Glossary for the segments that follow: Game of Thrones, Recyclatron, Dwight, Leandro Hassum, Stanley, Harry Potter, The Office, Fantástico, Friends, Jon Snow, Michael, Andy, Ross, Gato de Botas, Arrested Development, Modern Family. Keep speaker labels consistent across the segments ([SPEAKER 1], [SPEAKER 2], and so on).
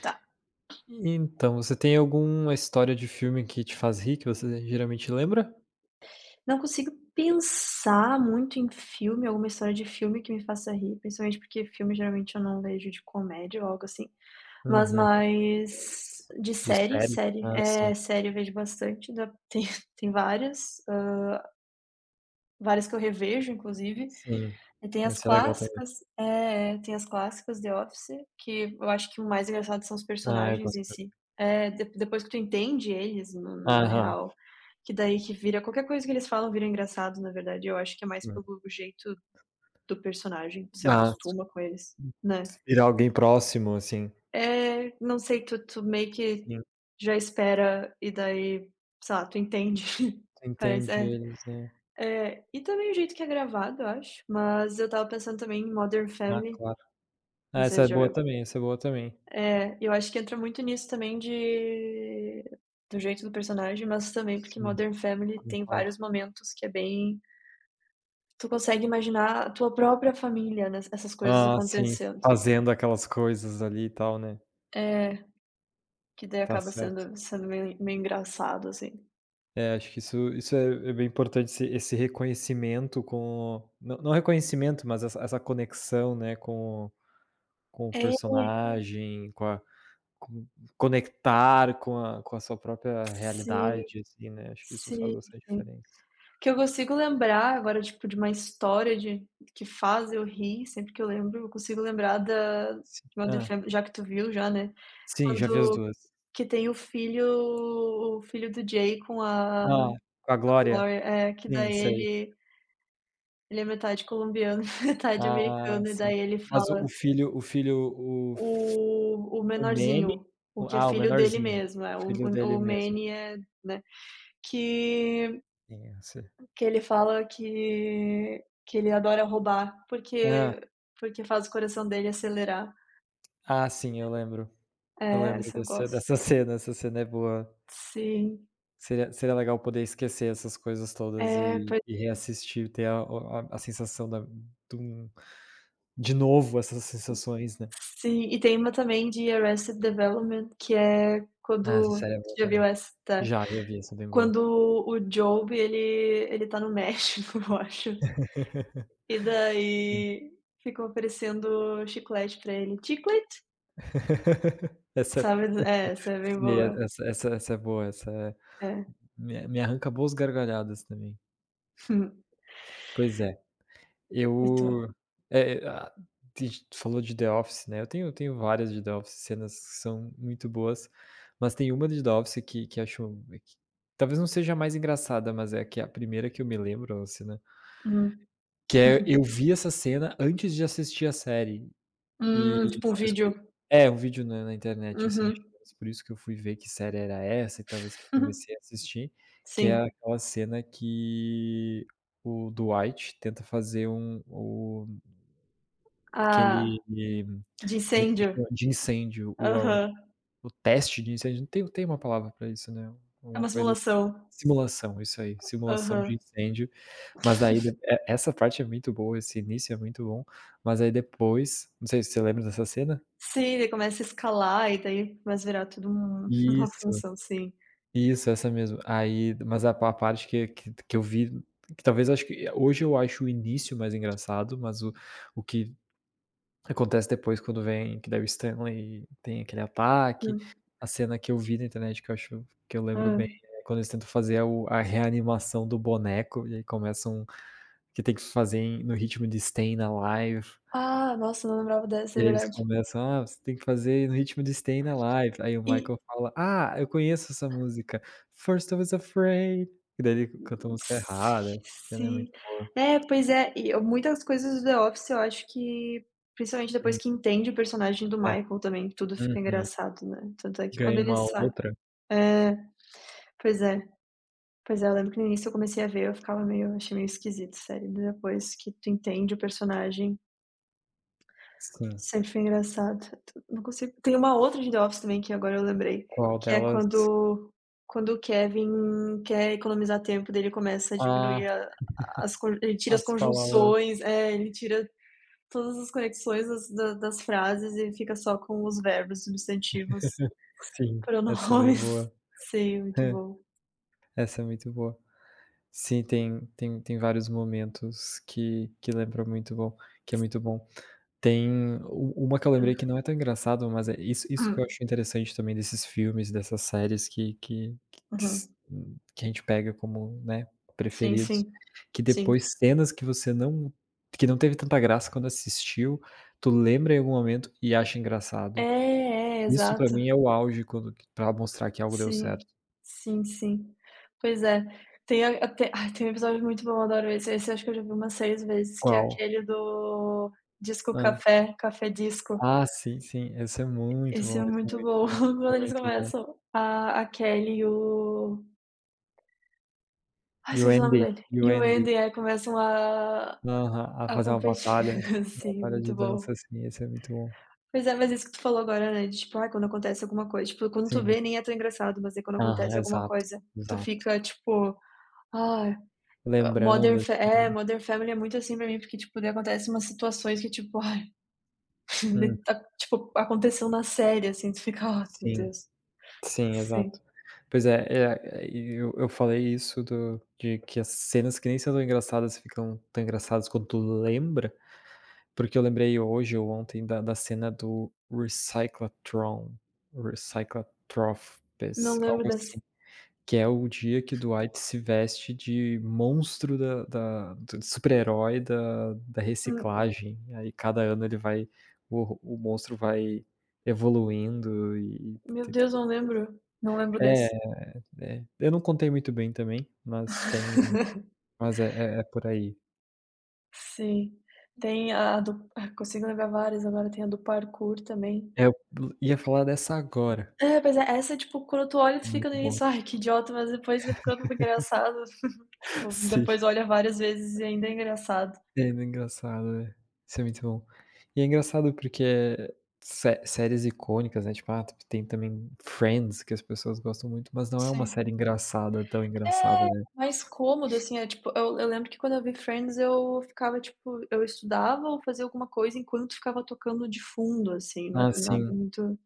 [SPEAKER 1] Tá.
[SPEAKER 2] Então, você tem alguma história de filme que te faz rir, que você geralmente lembra?
[SPEAKER 1] Não consigo pensar muito em filme, alguma história de filme que me faça rir, principalmente porque filme geralmente eu não vejo de comédia ou algo assim, mas
[SPEAKER 2] Uhum.
[SPEAKER 1] mais de
[SPEAKER 2] De
[SPEAKER 1] série,
[SPEAKER 2] série?
[SPEAKER 1] série,
[SPEAKER 2] Ah,
[SPEAKER 1] é
[SPEAKER 2] sim,
[SPEAKER 1] série eu vejo bastante, da tem várias, várias que eu revejo inclusive.
[SPEAKER 2] sim.
[SPEAKER 1] E tem as
[SPEAKER 2] Esse é legal também.
[SPEAKER 1] clássicas, tem as clássicas The Office, que eu acho que o mais engraçado são os
[SPEAKER 2] Ah, eu
[SPEAKER 1] personagens
[SPEAKER 2] gosto
[SPEAKER 1] em
[SPEAKER 2] também.
[SPEAKER 1] si. É, de depois que tu entende eles, no na
[SPEAKER 2] Aham.
[SPEAKER 1] real, que daí que vira qualquer coisa que eles falam vira engraçado, na verdade, eu acho que é mais
[SPEAKER 2] Hum.
[SPEAKER 1] pelo jeito do personagem, se
[SPEAKER 2] Ah,
[SPEAKER 1] acostuma com eles, né.
[SPEAKER 2] virar alguém próximo, assim.
[SPEAKER 1] É, não sei, tu meio que
[SPEAKER 2] Sim,
[SPEAKER 1] já espera e daí, sei lá, tu entende.
[SPEAKER 2] tu
[SPEAKER 1] Parece,
[SPEAKER 2] entende
[SPEAKER 1] é.
[SPEAKER 2] eles, né.
[SPEAKER 1] É, e também o jeito que é gravado, eu acho. Mas eu estava pensando também em Modern
[SPEAKER 2] Ah,
[SPEAKER 1] Family.
[SPEAKER 2] claro. Ah,
[SPEAKER 1] Não
[SPEAKER 2] essa
[SPEAKER 1] sei
[SPEAKER 2] é
[SPEAKER 1] se já
[SPEAKER 2] boa
[SPEAKER 1] viu.
[SPEAKER 2] também, essa é boa também.
[SPEAKER 1] É, eu acho que entra muito nisso também de do jeito do personagem, mas também porque
[SPEAKER 2] Sim,
[SPEAKER 1] Modern Family tem
[SPEAKER 2] concordo.
[SPEAKER 1] vários momentos que é bem, tu consegue imaginar a tua própria família, né, essas coisas
[SPEAKER 2] Ah, sim,
[SPEAKER 1] acontecendo.
[SPEAKER 2] fazendo aquelas coisas ali e tal, né.
[SPEAKER 1] É, que daí
[SPEAKER 2] Tá
[SPEAKER 1] acaba
[SPEAKER 2] certo.
[SPEAKER 1] sendo meio engraçado, assim.
[SPEAKER 2] É, acho que isso é bem importante, esse reconhecimento, com não, não reconhecimento, mas essa conexão, né, com o
[SPEAKER 1] É,
[SPEAKER 2] personagem, com conectar com a sua própria
[SPEAKER 1] sim,
[SPEAKER 2] realidade, assim, né, acho que isso faz
[SPEAKER 1] sim,
[SPEAKER 2] bastante
[SPEAKER 1] sim.
[SPEAKER 2] diferença.
[SPEAKER 1] Que eu consigo lembrar agora, tipo, de uma história de que faz eu rir, sempre que eu lembro, eu consigo lembrar da de
[SPEAKER 2] Sim.
[SPEAKER 1] Modern
[SPEAKER 2] Hã.
[SPEAKER 1] Family, já que tu viu já, né,
[SPEAKER 2] Sim, já vi as
[SPEAKER 1] quando,
[SPEAKER 2] duas.
[SPEAKER 1] que tem o filho do Jay com a
[SPEAKER 2] Ah, com a Glória?
[SPEAKER 1] Lori, é, que
[SPEAKER 2] Sim,
[SPEAKER 1] daí
[SPEAKER 2] sei.
[SPEAKER 1] ele, ele é metade colombiano, metade
[SPEAKER 2] Ah,
[SPEAKER 1] americano, e
[SPEAKER 2] sim.
[SPEAKER 1] daí ele
[SPEAKER 2] Mas o
[SPEAKER 1] fala
[SPEAKER 2] o filho, o f
[SPEAKER 1] o
[SPEAKER 2] o
[SPEAKER 1] menorzinho,
[SPEAKER 2] Manny,
[SPEAKER 1] o que é
[SPEAKER 2] o
[SPEAKER 1] filho dele
[SPEAKER 2] menorzinho,
[SPEAKER 1] mesmo, é,
[SPEAKER 2] o
[SPEAKER 1] o
[SPEAKER 2] filho
[SPEAKER 1] o
[SPEAKER 2] dele
[SPEAKER 1] o
[SPEAKER 2] mesmo.
[SPEAKER 1] Manny é, né, que
[SPEAKER 2] Sim, eu sei.
[SPEAKER 1] que ele fala que ele adora roubar,
[SPEAKER 2] Ah,
[SPEAKER 1] porque porque faz o coração dele acelerar.
[SPEAKER 2] Ah, sim, eu lembro. Eu
[SPEAKER 1] É,
[SPEAKER 2] lembro
[SPEAKER 1] essa eu
[SPEAKER 2] desse
[SPEAKER 1] gosto.
[SPEAKER 2] dessa cena, essa cena é boa.
[SPEAKER 1] Sim.
[SPEAKER 2] Seria legal poder esquecer essas coisas todas
[SPEAKER 1] É,
[SPEAKER 2] e
[SPEAKER 1] pois,
[SPEAKER 2] e reassistir, ter a, a sensação da de um de novo essas sensações, né.
[SPEAKER 1] sim, e tem uma também de Arrested Development, que é
[SPEAKER 2] Ah, essa
[SPEAKER 1] quando,
[SPEAKER 2] série é
[SPEAKER 1] você
[SPEAKER 2] boa
[SPEAKER 1] já viu
[SPEAKER 2] também.
[SPEAKER 1] essa? Tá.
[SPEAKER 2] Já, eu vi, essa é bem boa.
[SPEAKER 1] Quando o Job, ele tá no México, eu acho, e
[SPEAKER 2] Sim.
[SPEAKER 1] daí ficam oferecendo chiclete pra ele. "Chiclete",
[SPEAKER 2] Essa
[SPEAKER 1] sabe?
[SPEAKER 2] eu-
[SPEAKER 1] É, essa é bem
[SPEAKER 2] sim,
[SPEAKER 1] boa.
[SPEAKER 2] essa é boa,
[SPEAKER 1] É.
[SPEAKER 2] me arranca boas gargalhadas também. Pois é.
[SPEAKER 1] Eu tô.
[SPEAKER 2] Eu é é a ti falou de The Office, né, eu tenho várias de The Office, cenas que são muito boas, mas tem uma de The Office que acho que talvez não seja a mais engraçada, mas é que é a primeira que eu me lembro, assim, né,
[SPEAKER 1] Hum.
[SPEAKER 2] que eu vi essa cena antes de assistir a série e
[SPEAKER 1] Tipo um
[SPEAKER 2] talvez por
[SPEAKER 1] vídeo.
[SPEAKER 2] é, um vídeo na internet, assim, acho que
[SPEAKER 1] Uhum.
[SPEAKER 2] talvez por isso que eu fui ver que série era essa e talvez que comecei a assistir, que é
[SPEAKER 1] Sim.
[SPEAKER 2] aquela cena que o Dwight tenta fazer um o
[SPEAKER 1] Ah,
[SPEAKER 2] aquele,
[SPEAKER 1] de
[SPEAKER 2] como é que se
[SPEAKER 1] incêndio.
[SPEAKER 2] chama? De incêndio,
[SPEAKER 1] Aham.
[SPEAKER 2] o teste de incêndio, não, tem uma palavra pra isso, né,
[SPEAKER 1] É
[SPEAKER 2] alguma
[SPEAKER 1] uma
[SPEAKER 2] coisa assim.
[SPEAKER 1] simulação.
[SPEAKER 2] Simulação, isso aí, simulação de
[SPEAKER 1] Aham.
[SPEAKER 2] incêndio, mas daí de e essa parte é muito boa, esse início é muito bom, mas aí depois, não sei se você lembra dessa cena?
[SPEAKER 1] Sim, ele começa a escalar e daí começa a virar tudo um uma
[SPEAKER 2] Isso,
[SPEAKER 1] função, sim.
[SPEAKER 2] isso, essa mesmo. Aí, mas a parte que eu vi, que talvez acho que hoje eu acho o início mais engraçado, mas o que acontece depois, quando vem que daí o Stanley tem aquele ataque.
[SPEAKER 1] Hum,
[SPEAKER 2] A cena que eu vi na internet que eu acho que eu
[SPEAKER 1] hã.
[SPEAKER 2] lembro bem, é quando eles tentam fazer o a reanimação do boneco, e aí começam, que tem que fazer no ritmo de Stay na Live,
[SPEAKER 1] Ah, nossa, eu não lembrava dessa,
[SPEAKER 2] e
[SPEAKER 1] é
[SPEAKER 2] aí eles
[SPEAKER 1] verdade.
[SPEAKER 2] começam: "Ah, você tem que fazer no ritmo de Stay na Live", aí o
[SPEAKER 1] E
[SPEAKER 2] Michael fala: "Ah, eu conheço essa música, First I Was Afraid", e daí ele canta a música errada,
[SPEAKER 1] si
[SPEAKER 2] essa cena é
[SPEAKER 1] sim.
[SPEAKER 2] muito boa.
[SPEAKER 1] É, pois é, e eu muitas coisas do The Office eu acho que, principalmente
[SPEAKER 2] Hum,
[SPEAKER 1] depois que entende o personagem do
[SPEAKER 2] é,
[SPEAKER 1] Michael também, tudo fica
[SPEAKER 2] uhum.
[SPEAKER 1] engraçado, né. Tanto é que quando
[SPEAKER 2] Ganha
[SPEAKER 1] ele
[SPEAKER 2] uma
[SPEAKER 1] sai,
[SPEAKER 2] outra.
[SPEAKER 1] é, pois é. Pois é, eu lembro que no início eu comecei a ver, eu ficava meio achei meio esquisito sério, depois que tu entende o personagem,
[SPEAKER 2] Sim,
[SPEAKER 1] sempre foi engraçado. Não consigo, tem uma outra de The Office também que agora eu lembrei,
[SPEAKER 2] qual
[SPEAKER 1] que é
[SPEAKER 2] delas?
[SPEAKER 1] quando, quando o Kevin quer economizar tempo dele começa a
[SPEAKER 2] Ah,
[SPEAKER 1] diminuir a, as con, ele tira as
[SPEAKER 2] as palavras.
[SPEAKER 1] conjunções, é, ele tira todas as conexões das da das frases e fica só com os verbos, substantivos,
[SPEAKER 2] Sim, essa é bem
[SPEAKER 1] pronomes.
[SPEAKER 2] boa.
[SPEAKER 1] Sim, muito bom.
[SPEAKER 2] Essa é muito boa. Sim, tem vários momentos que lembra muito bom, que é muito bom. Tem u uma que eu lembrei que não é tão engraçado, mas é isso que eu
[SPEAKER 1] Hum,
[SPEAKER 2] acho interessante também desses filmes, dessas séries que s
[SPEAKER 1] uhum.
[SPEAKER 2] que a gente pega como, né,
[SPEAKER 1] Sim,
[SPEAKER 2] preferidos,
[SPEAKER 1] sim,
[SPEAKER 2] que
[SPEAKER 1] sim.
[SPEAKER 2] depois cenas que não teve tanta graça quando assistiu, tu lembra em algum momento e acha
[SPEAKER 1] É,
[SPEAKER 2] engraçado.
[SPEAKER 1] é,
[SPEAKER 2] Isso pra
[SPEAKER 1] exato.
[SPEAKER 2] mim é o auge, quando, pra mostrar que algo deu
[SPEAKER 1] Sim,
[SPEAKER 2] certo.
[SPEAKER 1] sim, sim. Pois é. Tem a, tem, ai, tem um episódio muito bom, eu adoro esse. Esse acho que eu já vi umas 6 vezes, que é
[SPEAKER 2] Qual?
[SPEAKER 1] aquele do Disco
[SPEAKER 2] Hã.
[SPEAKER 1] Café, Café Disco.
[SPEAKER 2] Ah, sim, sim, esse é muito
[SPEAKER 1] Esse
[SPEAKER 2] bom,
[SPEAKER 1] é
[SPEAKER 2] esse é
[SPEAKER 1] muito
[SPEAKER 2] muito
[SPEAKER 1] bom.
[SPEAKER 2] bom, esse
[SPEAKER 1] Quando
[SPEAKER 2] é
[SPEAKER 1] eles
[SPEAKER 2] muito bom.
[SPEAKER 1] começam, a Kelly e o, ai,
[SPEAKER 2] E o
[SPEAKER 1] esqueci o nome
[SPEAKER 2] Andy,
[SPEAKER 1] dele,
[SPEAKER 2] e o
[SPEAKER 1] e o
[SPEAKER 2] Andy.
[SPEAKER 1] Andy, começam
[SPEAKER 2] Aham, a
[SPEAKER 1] a
[SPEAKER 2] fazer
[SPEAKER 1] competir,
[SPEAKER 2] uma
[SPEAKER 1] sim,
[SPEAKER 2] batalha de
[SPEAKER 1] muito
[SPEAKER 2] dança,
[SPEAKER 1] bom.
[SPEAKER 2] assim, esse é muito bom.
[SPEAKER 1] Pois é, mas isso que tu falou agora, né, de tipo, ah, quando acontece alguma coisa, tipo, quando tu
[SPEAKER 2] Sim.
[SPEAKER 1] vê nem é tão engraçado, mas é quando
[SPEAKER 2] Aham,
[SPEAKER 1] acontece alguma
[SPEAKER 2] exato,
[SPEAKER 1] coisa, tu
[SPEAKER 2] exato.
[SPEAKER 1] fica tipo: "Ai,
[SPEAKER 2] Lembrando,
[SPEAKER 1] Modern Fa, é,
[SPEAKER 2] assim.
[SPEAKER 1] Modern Family é muito assim pra mim, porque, tipo, daí acontece umas situações que, tipo, ai,
[SPEAKER 2] Hum,
[SPEAKER 1] tá, tipo, aconteceu na série, assim, tu fica, ó, meu
[SPEAKER 2] sim,
[SPEAKER 1] Deus."
[SPEAKER 2] sim,
[SPEAKER 1] Sim.
[SPEAKER 2] exato. Pois é, é, é, e eu falei isso do de que as cenas que nem são tão engraçadas ficam tão engraçadas quando tu lembra. Porque eu lembrei hoje ou ontem da cena do Recyclatron, Recyclatropes,
[SPEAKER 1] Não lembro
[SPEAKER 2] algo assim,
[SPEAKER 1] desse.
[SPEAKER 2] que é o dia que o Dwight se veste de monstro da da do super-herói da
[SPEAKER 1] Hum,
[SPEAKER 2] reciclagem, aí cada ano ele vai, o monstro vai evoluindo e
[SPEAKER 1] meu
[SPEAKER 2] tem
[SPEAKER 1] Deus,
[SPEAKER 2] tudo.
[SPEAKER 1] não lembro. Não lembro
[SPEAKER 2] É,
[SPEAKER 1] desse.
[SPEAKER 2] é. Eu não contei muito bem também, mas tem, mas é por aí.
[SPEAKER 1] Sim. Tem a do, ah, consigo lembrar várias agora, tem a do parkour também.
[SPEAKER 2] É, eu ia falar dessa agora.
[SPEAKER 1] É, pois é, essa, tipo, quando tu olha, tu fica no
[SPEAKER 2] Muito bom.
[SPEAKER 1] início, ai, que idiota, mas depois vai ficando engraçado. Tipo,
[SPEAKER 2] Sim.
[SPEAKER 1] depois olha várias vezes e ainda é engraçado.
[SPEAKER 2] É engraçado, é. Isso é muito bom. E é engraçado porque é sé séries icônicas, né, tipo, ah, tem também Friends, que as pessoas gostam muito, mas não é uma
[SPEAKER 1] Sim.
[SPEAKER 2] série engraçada, tão
[SPEAKER 1] É,
[SPEAKER 2] engraçada, né.
[SPEAKER 1] mais cômodo, assim, é tipo, eu lembro que quando eu vi Friends eu ficava, tipo, eu estudava ou fazia alguma coisa enquanto ficava tocando de fundo, assim, não
[SPEAKER 2] Ah,
[SPEAKER 1] nada
[SPEAKER 2] sim.
[SPEAKER 1] muito,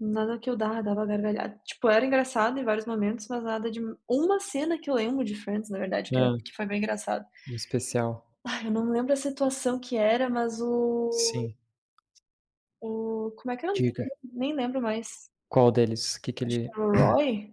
[SPEAKER 1] nada que eu dava gargalhada. Tipo, era engraçado em vários momentos, mas nada de, uma cena que eu lembro de Friends, na verdade, que é
[SPEAKER 2] Ah,
[SPEAKER 1] que foi bem engraçado.
[SPEAKER 2] um especial.
[SPEAKER 1] Ai, eu não lembro a situação que era, mas o
[SPEAKER 2] Sim.
[SPEAKER 1] o como é que era o nome
[SPEAKER 2] Diga.
[SPEAKER 1] dele? Nem lembro mais.
[SPEAKER 2] Qual deles? O, Que que
[SPEAKER 1] Acho que
[SPEAKER 2] ele
[SPEAKER 1] era o Roy?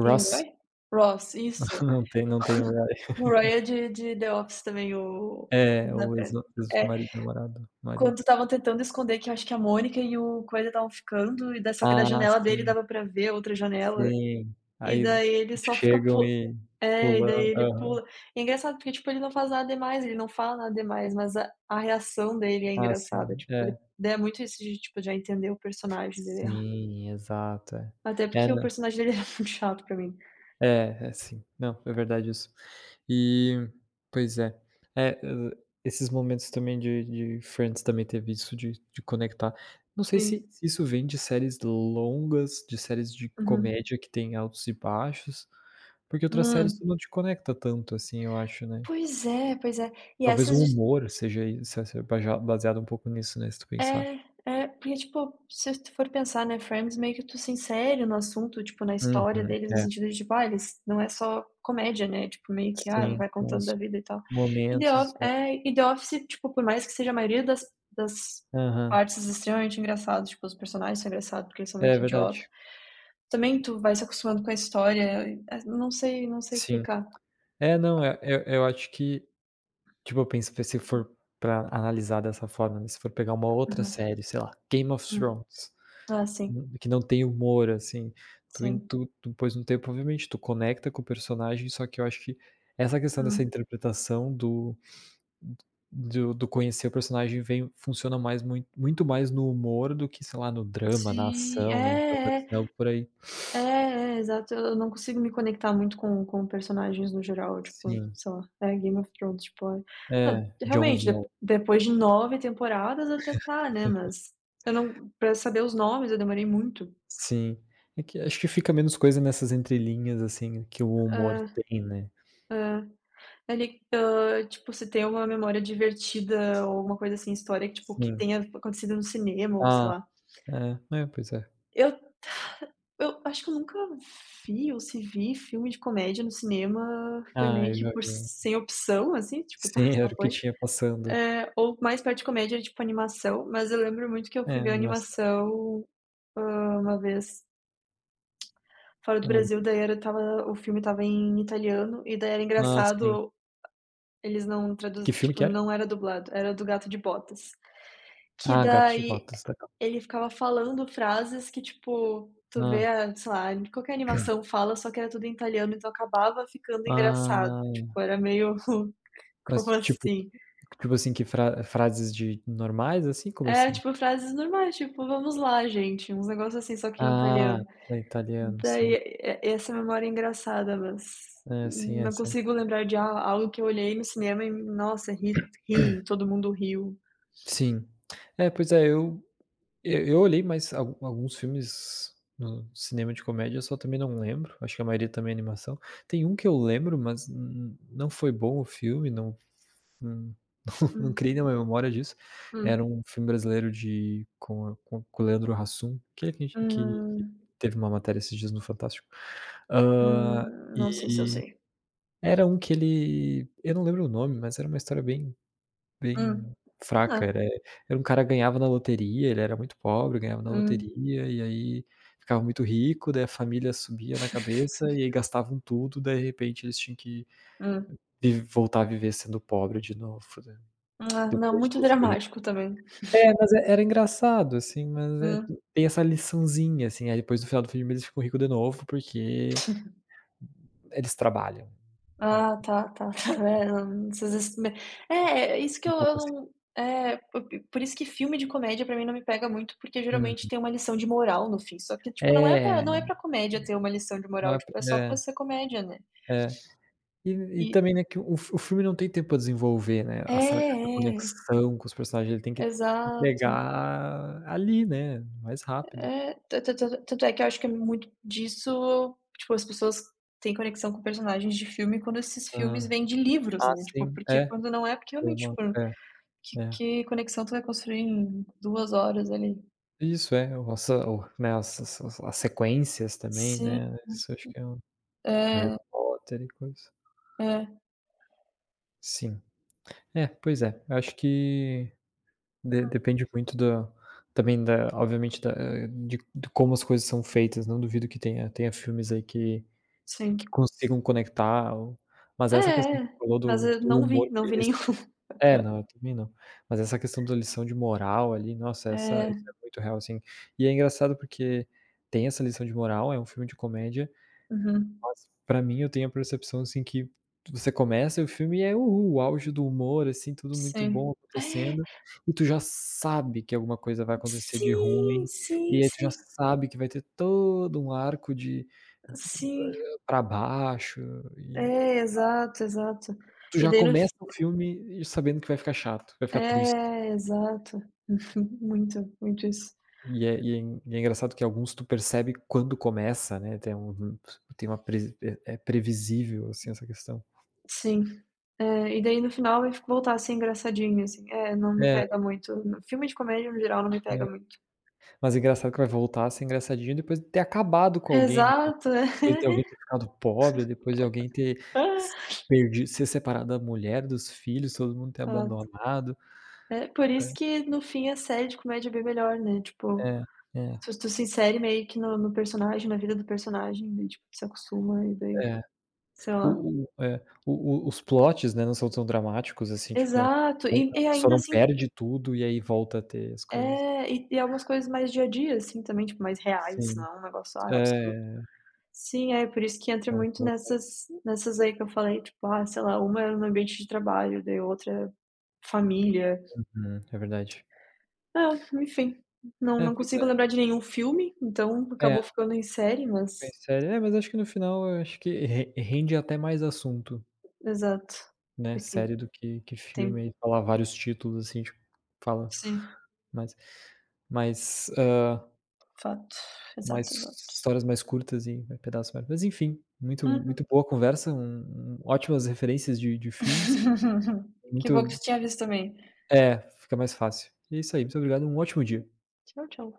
[SPEAKER 1] Tem Roy? Ross, isso.
[SPEAKER 2] Não tem, não tem o Ross.
[SPEAKER 1] O Rory é de The Office também, o
[SPEAKER 2] É,
[SPEAKER 1] da
[SPEAKER 2] o ex,
[SPEAKER 1] Fran. É,
[SPEAKER 2] ex-marido, namorado, marido.
[SPEAKER 1] quando estavam tentando esconder que eu acho que a Mônica e o coisa estavam ficando, e da, só que da
[SPEAKER 2] Ah,
[SPEAKER 1] janela dele
[SPEAKER 2] sim,
[SPEAKER 1] dava pra ver a outra janela,
[SPEAKER 2] sim.
[SPEAKER 1] e
[SPEAKER 2] Aí
[SPEAKER 1] daí ele só fica
[SPEAKER 2] chegam
[SPEAKER 1] pu,
[SPEAKER 2] e
[SPEAKER 1] é, e daí
[SPEAKER 2] pulam.
[SPEAKER 1] ele
[SPEAKER 2] Aham.
[SPEAKER 1] pula. E é engraçado porque, tipo, ele não faz nada demais, ele não fala nada demais, mas a reação dele é
[SPEAKER 2] Ah,
[SPEAKER 1] engraçada,
[SPEAKER 2] sim.
[SPEAKER 1] tipo, ele
[SPEAKER 2] É.
[SPEAKER 1] daí é muito isso de, tipo, já entender o personagem dele. Ah,
[SPEAKER 2] Sim, exato, é.
[SPEAKER 1] até
[SPEAKER 2] É,
[SPEAKER 1] porque o
[SPEAKER 2] não
[SPEAKER 1] personagem dele é muito chato pra mim.
[SPEAKER 2] é, é sim. Não, é verdade isso. E pois é. É, esses momentos também de Friends também teve isso de conectar. Não sei se
[SPEAKER 1] Sim.
[SPEAKER 2] se isso vem de séries longas, de séries de
[SPEAKER 1] Uhum.
[SPEAKER 2] comédia que tem altos e baixos, porque outras séries tu
[SPEAKER 1] Hum.
[SPEAKER 2] não te conecta tanto assim, eu acho, né.
[SPEAKER 1] Pois é, pois é. E
[SPEAKER 2] Talvez
[SPEAKER 1] essas,
[SPEAKER 2] o humor seja i se se baja baseado um pouco nisso, né, se tu pensar.
[SPEAKER 1] é, é, porque, tipo, se tu for pensar, né, Friends meio que tu se insere no assunto, tipo, na história
[SPEAKER 2] Uhum.
[SPEAKER 1] deles, no
[SPEAKER 2] É.
[SPEAKER 1] sentido de, tipo, ah, eles não é só comédia, né, tipo, meio que, ah,
[SPEAKER 2] Sim,
[SPEAKER 1] vai
[SPEAKER 2] tem
[SPEAKER 1] contando da
[SPEAKER 2] uns
[SPEAKER 1] vida e tal. E The
[SPEAKER 2] momentos,
[SPEAKER 1] Of, é, e The Office, tipo, por mais que seja a maioria das das
[SPEAKER 2] aham.
[SPEAKER 1] partes extremamente engraçadas, tipo, os personagens são engraçados porque eles são
[SPEAKER 2] É
[SPEAKER 1] muito idiota,
[SPEAKER 2] verdade.
[SPEAKER 1] também tu vai se acostumando com a história, e, não sei, não sei
[SPEAKER 2] Sim.
[SPEAKER 1] explicar.
[SPEAKER 2] É, não, eu acho que, tipo, eu penso que se for pra analisar dessa forma, né, se for pegar uma outra
[SPEAKER 1] Uhum.
[SPEAKER 2] série, sei lá, Game of
[SPEAKER 1] Hum.
[SPEAKER 2] Thrones,
[SPEAKER 1] Ah, sim,
[SPEAKER 2] que não tem humor, assim, tu in
[SPEAKER 1] sim.
[SPEAKER 2] tu tu pôs um tempo obviamente, tu conecta com o personagem, só que eu acho que essa questão dessa
[SPEAKER 1] Hum.
[SPEAKER 2] interpretação do conhecer o personagem, vem funciona mais, muito mais no humor do que, sei lá, no drama, na
[SPEAKER 1] Sim,
[SPEAKER 2] ação, né, então deve
[SPEAKER 1] é,
[SPEAKER 2] ser
[SPEAKER 1] é.
[SPEAKER 2] algo por aí.
[SPEAKER 1] É, é, exato. Eu não consigo me conectar muito com personagens no geral, tipo,
[SPEAKER 2] Sim,
[SPEAKER 1] sei lá, é Game of Thrones, tipo, ai não,
[SPEAKER 2] é, Jon
[SPEAKER 1] realmente,
[SPEAKER 2] Snow.
[SPEAKER 1] de depois de 9 temporadas até tá, né, mas eu não, pra saber os nomes eu demorei muito.
[SPEAKER 2] Sim. É que acho que fica menos coisa nessas entrelinhas, assim, que o humor
[SPEAKER 1] É,
[SPEAKER 2] tem, né.
[SPEAKER 1] é. Ali, tipo, se tem uma memória divertida ou alguma coisa assim, história que, tipo, que
[SPEAKER 2] Sim.
[SPEAKER 1] tenha acontecido no cinema ou sei
[SPEAKER 2] Ah,
[SPEAKER 1] lá.
[SPEAKER 2] é. É, pois é.
[SPEAKER 1] Eu eu acho que eu nunca vi, ou se vi filme de comédia no cinema, foi
[SPEAKER 2] Ah,
[SPEAKER 1] meio
[SPEAKER 2] eu
[SPEAKER 1] que
[SPEAKER 2] já
[SPEAKER 1] por
[SPEAKER 2] vi.
[SPEAKER 1] sem opção, assim, tipo, tá,
[SPEAKER 2] Sim, era
[SPEAKER 1] só
[SPEAKER 2] o que
[SPEAKER 1] foi.
[SPEAKER 2] tinha passando.
[SPEAKER 1] É, ou mais perto de comédia, tipo animação, mas eu lembro muito que eu
[SPEAKER 2] É,
[SPEAKER 1] fui ver
[SPEAKER 2] animação.
[SPEAKER 1] animação, uma vez fora do
[SPEAKER 2] Hã.
[SPEAKER 1] Brasil, daí era, tava o filme, estava em italiano e daí era
[SPEAKER 2] Ah, sim.
[SPEAKER 1] engraçado, eles não traduz,
[SPEAKER 2] Que filme
[SPEAKER 1] tipo,
[SPEAKER 2] que era?
[SPEAKER 1] não era dublado, era do Gato de Botas, que
[SPEAKER 2] Ah, Gato de
[SPEAKER 1] daí
[SPEAKER 2] Botas, legal.
[SPEAKER 1] ele ficava falando frases que, tipo, tu
[SPEAKER 2] Hã.
[SPEAKER 1] vê a, sei lá, qualquer animação fala, só que era tudo em italiano, então acabava ficando
[SPEAKER 2] Ah,
[SPEAKER 1] engraçado, tipo, era meio como
[SPEAKER 2] mas tipo,
[SPEAKER 1] assim?
[SPEAKER 2] assim, que frases de normais, assim? Como
[SPEAKER 1] É,
[SPEAKER 2] assim?
[SPEAKER 1] tipo, frases normais, tipo: "Vamos lá, gente", uns negócios assim, só que em
[SPEAKER 2] Ah,
[SPEAKER 1] italiano.
[SPEAKER 2] é italiano,
[SPEAKER 1] Daí,
[SPEAKER 2] sim.
[SPEAKER 1] e essa memória é engraçada, mas
[SPEAKER 2] É, sim, é,
[SPEAKER 1] não consigo lembrar de a algo que eu olhei no cinema e, nossa, ri, ri, todo mundo riu.
[SPEAKER 2] sim. É, pois é, eu, eu olhei, mais al alguns filmes no cinema de comédia, só também não lembro, acho que a maioria também é animação. Tem um que eu lembro, mas n não foi bom o filme, não, não, não
[SPEAKER 1] Hum,
[SPEAKER 2] criei nenhuma memória disso. Era
[SPEAKER 1] hum,
[SPEAKER 2] um filme brasileiro de, com a, com o Leandro Hassum, aquele que a gente que
[SPEAKER 1] hum,
[SPEAKER 2] teve uma matéria esses dias no Fantástico. Hã,
[SPEAKER 1] não sei se eu
[SPEAKER 2] e
[SPEAKER 1] sei.
[SPEAKER 2] era um que ele eu não lembro o nome, mas era uma história bem,
[SPEAKER 1] Hum,
[SPEAKER 2] Bem
[SPEAKER 1] é,
[SPEAKER 2] fraca, era um cara que ganhava na loteria, ele era muito pobre, ganhava na
[SPEAKER 1] hum,
[SPEAKER 2] loteria e aí ficava muito rico, daí a família subia na cabeça e aí gastavam tudo, daí de repente eles tinham que
[SPEAKER 1] hum,
[SPEAKER 2] vi voltar a viver sendo pobre de novo, né,
[SPEAKER 1] ah, não,
[SPEAKER 2] depois de
[SPEAKER 1] muito
[SPEAKER 2] ter sido rico.
[SPEAKER 1] dramático também.
[SPEAKER 2] É, mas é era engraçado, assim, mas é
[SPEAKER 1] Hum.
[SPEAKER 2] tem essa liçãozinha, assim, aí depois no final do filme eles ficam rico de novo, porque eles trabalham,
[SPEAKER 1] Ah, tá, tá, tá
[SPEAKER 2] tipo,
[SPEAKER 1] vendo. Vocês es me, é, é é isso que
[SPEAKER 2] um
[SPEAKER 1] eu
[SPEAKER 2] pouco assim.
[SPEAKER 1] não é, po, por isso que filme de comédia pra mim não me pega muito, porque
[SPEAKER 2] Hum.
[SPEAKER 1] geralmente tem uma lição de moral no fim, só que, tipo, não é pra, não
[SPEAKER 2] É,
[SPEAKER 1] é pra comédia ter uma lição de
[SPEAKER 2] não
[SPEAKER 1] moral,
[SPEAKER 2] é,
[SPEAKER 1] tipo, é só pra
[SPEAKER 2] é,
[SPEAKER 1] ser comédia, né.
[SPEAKER 2] é. E
[SPEAKER 1] E
[SPEAKER 2] também, né, que o filme não tem tempo pra desenvolver, né,
[SPEAKER 1] é,
[SPEAKER 2] essa
[SPEAKER 1] é,
[SPEAKER 2] conexão com os personagens, ele tem que
[SPEAKER 1] exato.
[SPEAKER 2] entregar ali, né, mais rápido.
[SPEAKER 1] É, ta ta ta tanto é que eu acho que é muito disso, tipo, as pessoas têm conexão com personagens de filme quando esses filmes
[SPEAKER 2] Hã.
[SPEAKER 1] vêm de livros,
[SPEAKER 2] Ah,
[SPEAKER 1] né, tipo,
[SPEAKER 2] sim.
[SPEAKER 1] porque
[SPEAKER 2] É,
[SPEAKER 1] quando não é, porque realmente,
[SPEAKER 2] uma
[SPEAKER 1] tipo,
[SPEAKER 2] é,
[SPEAKER 1] Que
[SPEAKER 2] é.
[SPEAKER 1] que conexão tu vai construir em 2 horas ali?
[SPEAKER 2] Isso, é, o essa o né, as sequências também,
[SPEAKER 1] Sim.
[SPEAKER 2] né, isso acho que é um, Harry
[SPEAKER 1] É,
[SPEAKER 2] Potter e coisa.
[SPEAKER 1] é.
[SPEAKER 2] Sim. É, pois é, eu acho que de depende muito da, também da obviamente, da de como as coisas são feitas, não duvido que tenha filmes aí que
[SPEAKER 1] Sim.
[SPEAKER 2] consigam conectar, ou,
[SPEAKER 1] É,
[SPEAKER 2] essa questão
[SPEAKER 1] é,
[SPEAKER 2] que você
[SPEAKER 1] é.
[SPEAKER 2] falou
[SPEAKER 1] Mas
[SPEAKER 2] do
[SPEAKER 1] eu
[SPEAKER 2] do
[SPEAKER 1] não vi,
[SPEAKER 2] humor
[SPEAKER 1] não vi
[SPEAKER 2] eles
[SPEAKER 1] nenhum.
[SPEAKER 2] é, não, eu também não. Mas essa questão da lição de moral ali, nossa, essa
[SPEAKER 1] É.
[SPEAKER 2] isso é muito real, assim. E é engraçado porque tem essa lição de moral, é um filme de comédia,
[SPEAKER 1] Uhum.
[SPEAKER 2] mas pra mim eu tenho a percepção, assim, que você começa o filme e é "uhul", o auge do humor, assim, tudo muito bom
[SPEAKER 1] Sim. É.
[SPEAKER 2] acontecendo, e tu já sabe que alguma coisa vai acontecer de
[SPEAKER 1] Sim,
[SPEAKER 2] ruim, e
[SPEAKER 1] sim,
[SPEAKER 2] aí tu já
[SPEAKER 1] sim.
[SPEAKER 2] sabe que vai ter todo um arco de,
[SPEAKER 1] Sim.
[SPEAKER 2] pra baixo, e
[SPEAKER 1] É, exato, exato.
[SPEAKER 2] tu
[SPEAKER 1] E
[SPEAKER 2] já
[SPEAKER 1] daí no f,
[SPEAKER 2] começa o filme sabendo que vai ficar chato, vai ficar triste.
[SPEAKER 1] é, exato. Muito, muito isso.
[SPEAKER 2] E é engraçado que alguns tu percebe quando começa, né, tem uma, presi é é previsível, assim, essa questão.
[SPEAKER 1] Sim. É, e daí no final vai f, voltar a ser engraçadinho, assim. É, não me
[SPEAKER 2] É, é.
[SPEAKER 1] pega muito. Filme de comédia, no geral, não me pega muito.
[SPEAKER 2] Mas é engraçado que vai voltar a ser engraçadinho depois de ter acabado com alguém, né,
[SPEAKER 1] Exato, é.
[SPEAKER 2] depois de alguém ter ficado pobre, depois de alguém ter, s perdi ser separado da mulher, dos filhos, todo mundo ter
[SPEAKER 1] Exato.
[SPEAKER 2] abandonado.
[SPEAKER 1] É por
[SPEAKER 2] É,
[SPEAKER 1] isso que no fim a série de comédia é bem melhor, né, tipo,
[SPEAKER 2] é, é,
[SPEAKER 1] se tu se insere meio que no no personagem, na vida do personagem, daí tipo se acostuma e daí,
[SPEAKER 2] é.
[SPEAKER 1] sei lá.
[SPEAKER 2] O é, o os plots, né, não são tão dramáticos, assim, tipo, a
[SPEAKER 1] Exato,
[SPEAKER 2] a
[SPEAKER 1] e
[SPEAKER 2] pessoa
[SPEAKER 1] ainda
[SPEAKER 2] não
[SPEAKER 1] assim,
[SPEAKER 2] perde tudo e aí volta a ter as coisas.
[SPEAKER 1] é, e algumas coisas mais dia a dia, assim, também, tipo, mais reais,
[SPEAKER 2] Sim.
[SPEAKER 1] não é um negócio, ah, absurdo.
[SPEAKER 2] É,
[SPEAKER 1] Sim, é, por isso que entra
[SPEAKER 2] é um
[SPEAKER 1] muito
[SPEAKER 2] humor mais.
[SPEAKER 1] nessas nessas aí que eu falei, tipo, ah, sei lá, uma é no ambiente de trabalho, daí outra é família.
[SPEAKER 2] É verdade.
[SPEAKER 1] Ah, enfim, não,
[SPEAKER 2] É,
[SPEAKER 1] não
[SPEAKER 2] pois
[SPEAKER 1] consigo
[SPEAKER 2] é.
[SPEAKER 1] lembrar de nenhum filme, então acabou
[SPEAKER 2] É,
[SPEAKER 1] ficando em série, mas
[SPEAKER 2] mas série é, mas acho que no final, eu acho que re rende até mais assunto,
[SPEAKER 1] exato.
[SPEAKER 2] né,
[SPEAKER 1] E
[SPEAKER 2] série
[SPEAKER 1] tem,
[SPEAKER 2] do que filme,
[SPEAKER 1] tem,
[SPEAKER 2] aí falar vários títulos, assim, tipo, fala
[SPEAKER 1] sim,
[SPEAKER 2] mas mas, ah,
[SPEAKER 1] fato.
[SPEAKER 2] mais
[SPEAKER 1] Exato, exato.
[SPEAKER 2] histórias mais curtas e vai pedaço vai, mas enfim, muito muito
[SPEAKER 1] Uhum.
[SPEAKER 2] boa a conversa, um ótimas referências de filmes,
[SPEAKER 1] Que bom que
[SPEAKER 2] muito
[SPEAKER 1] tu tinha visto também.
[SPEAKER 2] é, fica mais fácil. E é isso aí, muito obrigado, um ótimo dia.
[SPEAKER 1] Tchau, tchau.